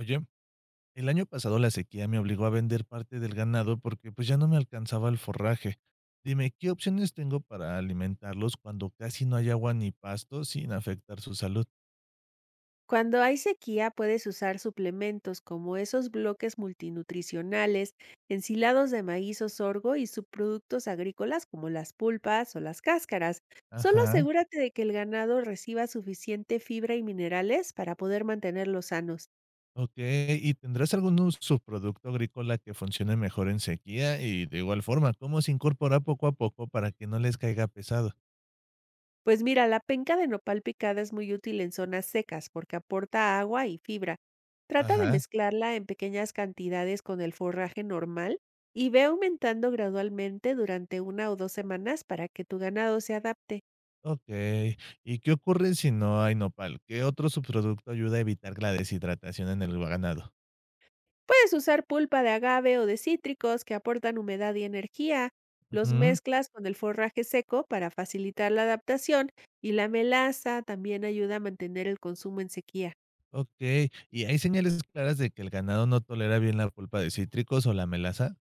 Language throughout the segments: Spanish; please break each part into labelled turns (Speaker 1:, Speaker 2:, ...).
Speaker 1: Oye, el año pasado la sequía me obligó a vender parte del ganado porque pues ya no me alcanzaba el forraje. Dime, ¿qué opciones tengo para alimentarlos cuando casi no hay agua ni pasto sin afectar su salud?
Speaker 2: Cuando hay sequía, puedes usar suplementos como esos bloques multinutricionales, ensilados de maíz o sorgo y subproductos agrícolas como las pulpas o las cáscaras. Solo
Speaker 1: Ajá,
Speaker 2: asegúrate de que el ganado reciba suficiente fibra y minerales para poder mantenerlos sanos.
Speaker 1: ok. ¿Y tendrás algún subproducto agrícola que funcione mejor en sequía? Y de igual forma, ¿cómo se incorpora poco a poco para que no les caiga pesado?
Speaker 2: Pues mira, la penca de nopal picada es muy útil en zonas secas porque aporta agua y fibra. Trata de
Speaker 1: Ajá,
Speaker 2: mezclarla en pequeñas cantidades con el forraje normal y ve aumentando gradualmente durante una o dos semanas para que tu ganado se adapte.
Speaker 1: ok. ¿Y qué ocurre si no hay nopal? ¿Qué otro subproducto ayuda a evitar la deshidratación en el ganado?
Speaker 2: Puedes usar pulpa de agave o de cítricos que aportan humedad y energía. Los
Speaker 1: Ujú.
Speaker 2: mezclas con el forraje seco para facilitar la adaptación y la melaza también ayuda a mantener el consumo en sequía.
Speaker 1: Okey, ¿y hay señales claras de que el ganado no tolera bien la pulpa de cítricos o la melaza?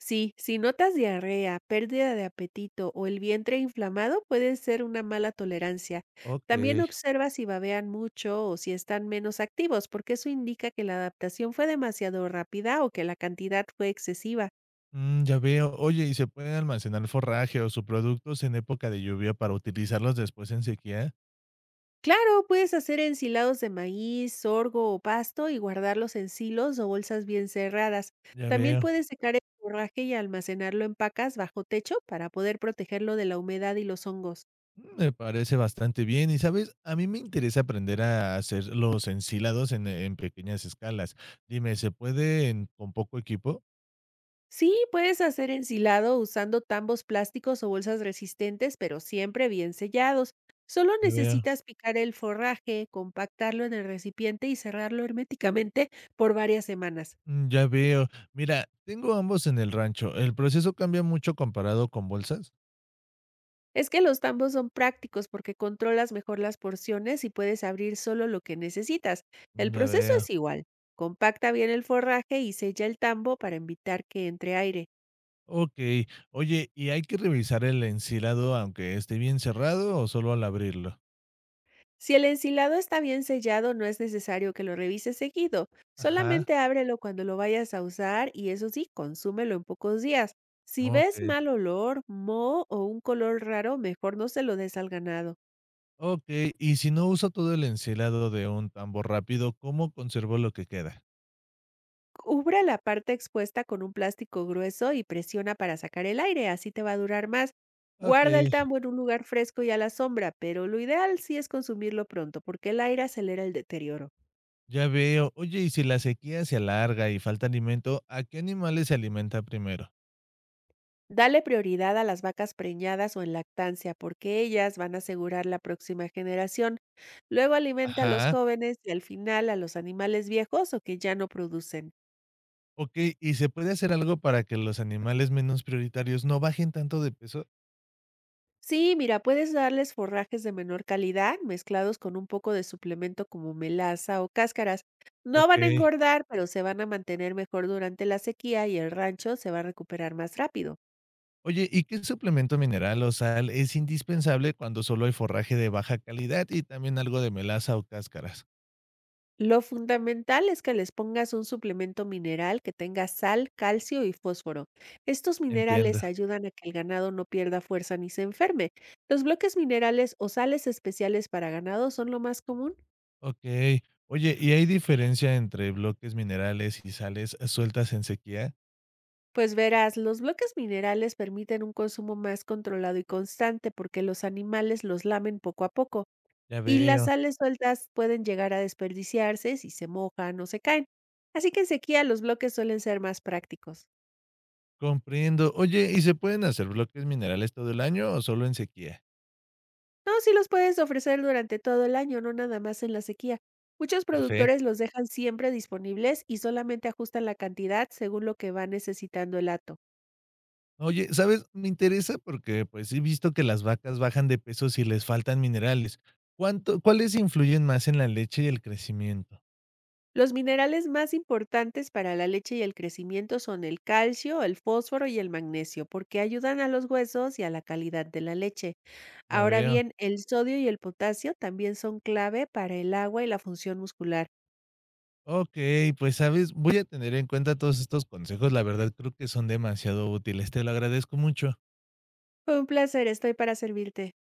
Speaker 2: Sí, si notas diarrea, pérdida de apetito o el vientre inflamado, puede ser una mala tolerancia. También
Speaker 1: Okey,
Speaker 2: observa si babean mucho o si están menos activos, porque eso indica que la adaptación fue demasiado rápida o que la cantidad fue excesiva.
Speaker 1: mm, ya veo. Oye, ¿y se pueden almacenar forraje o subproductos en época de lluvia para utilizarlos después en sequía?
Speaker 2: Claro, puedes hacer ensilados de maíz, sorgo o pasto y guardarlos en silos o bolsas bien cerradas.
Speaker 1: Ya
Speaker 2: También
Speaker 1: veo.
Speaker 2: puedes secar el forraje y almacenarlo en pacas bajo techo para poder protegerlo de la humedad y los hongos.
Speaker 1: Mm, me parece bastante bien. Y, ¿sabes? A mí me interesa aprender a hacer los ensilados en pequeñas escalas. Dime, ¿se pueden con poco equipo?
Speaker 2: Sí, puedes hacer ensilado usando tambos plásticos o bolsas resistentes, pero siempre bien sellados. Solo
Speaker 1: Ya veo.
Speaker 2: necesitas picar el forraje, compactarlo en el recipiente y cerrarlo herméticamente por varias semanas.
Speaker 1: Mm, ya veo. Mira, tengo ambos en el rancho. ¿El proceso cambia mucho comparado con bolsas?
Speaker 2: Es que los tambos son prácticos porque controlas mejor las porciones y puedes abrir solo lo que necesitas. El
Speaker 1: Mm, ya
Speaker 2: proceso
Speaker 1: veo.
Speaker 2: es igual. Compacta bien el forraje y sella el tambo para evitar que entre aire.
Speaker 1: Okey. Oye, ¿y hay que revisar el ensilado aunque esté bien cerrado o solo al abrirlo?
Speaker 2: Si el ensilado está bien sellado, no es necesario que lo revises seguido.
Speaker 1: Ajá,
Speaker 2: Solamente ábrelo cuando lo vayas a usar y eso sí, consúmelo en pocos días. Si ves
Speaker 1: okey,
Speaker 2: mal olor, moho o un color raro, mejor no se lo des al ganado.
Speaker 1: okey. Y si no uso todo el ensilado de un tambor rápido, ¿cómo conservo lo que queda?
Speaker 2: Cubre la parte expuesta con un plástico grueso y presiona para sacar el aire, así te va a durar más. Guarda el
Speaker 1: Okey,
Speaker 2: tambo en un lugar fresco y a la sombra, pero lo ideal sí es consumirlo pronto porque el aire acelera el deterioro.
Speaker 1: ya veo. Oye, y si la sequía se alarga y falta alimento, ¿a qué animales se alimenta primero?
Speaker 2: Dale prioridad a las vacas preñadas o en lactancia, porque ellas van a asegurar la próxima generación. Luego alimenta a los
Speaker 1: Ajá,
Speaker 2: jóvenes y al final a los animales viejos o que ya no producen.
Speaker 1: okey. ¿Y se puede hacer algo para que los animales menos prioritarios no bajen tanto de peso?
Speaker 2: Sí, mira, puedes darles forrajes de menor calidad mezclados con un poco de suplemento como melaza o cáscaras. No van a
Speaker 1: Okey.
Speaker 2: engordar, pero se van a mantener mejor durante la sequía y el rancho se va a recuperar más rápido.
Speaker 1: Oye, ¿y qué suplemento mineral o sal es indispensable cuando solo hay forraje de baja calidad y también algo de melaza o cáscaras?
Speaker 2: Lo fundamental es que les pongas un suplemento mineral que tenga sal, calcio y fósforo. Estos
Speaker 1: Entiendo.
Speaker 2: minerales ayudan a que el ganado no pierda fuerza ni se enferme. Los bloques minerales o sales especiales para ganado son lo más común.
Speaker 1: Okey. Oye, ¿y hay diferencia entre bloques minerales y sales sueltas en sequía?
Speaker 2: Pues verás, los bloques minerales permiten un consumo más controlado y constante porque los animales los lamen poco a poco
Speaker 1: Ya
Speaker 2: y las
Speaker 1: veo.
Speaker 2: sales sueltas pueden llegar a desperdiciarse si se mojan o se caen. Así que en sequía los bloques suelen ser más prácticos.
Speaker 1: Comprendo. Oye, ¿y se pueden hacer bloques minerales todo el año o solo en sequía?
Speaker 2: No, sí los puedes ofrecer durante todo el año, no nada más en la sequía. Muchos productores
Speaker 1: Perfecto.
Speaker 2: los dejan siempre disponibles y solamente ajustan la cantidad según lo que va necesitando el hato.
Speaker 1: Oye, ¿sabes? Me interesa porque, pues, he visto que las vacas bajan de peso si les faltan minerales. ¿Cuánto ¿Cuáles influyen más en la leche y el crecimiento?
Speaker 2: Los minerales más importantes para la leche y el crecimiento son el calcio, el fósforo y el magnesio, porque ayudan a los huesos y a la calidad de la leche.
Speaker 1: Ya
Speaker 2: Ahora
Speaker 1: veo.
Speaker 2: bien, el sodio y el potasio también son clave para el agua y la función muscular.
Speaker 1: Okey, pues, ¿sabes? Voy a tener en cuenta todos estos consejos, la verdad creo que son demasiado útiles, te lo agradezco mucho.
Speaker 2: Fue un placer, estoy para servirte.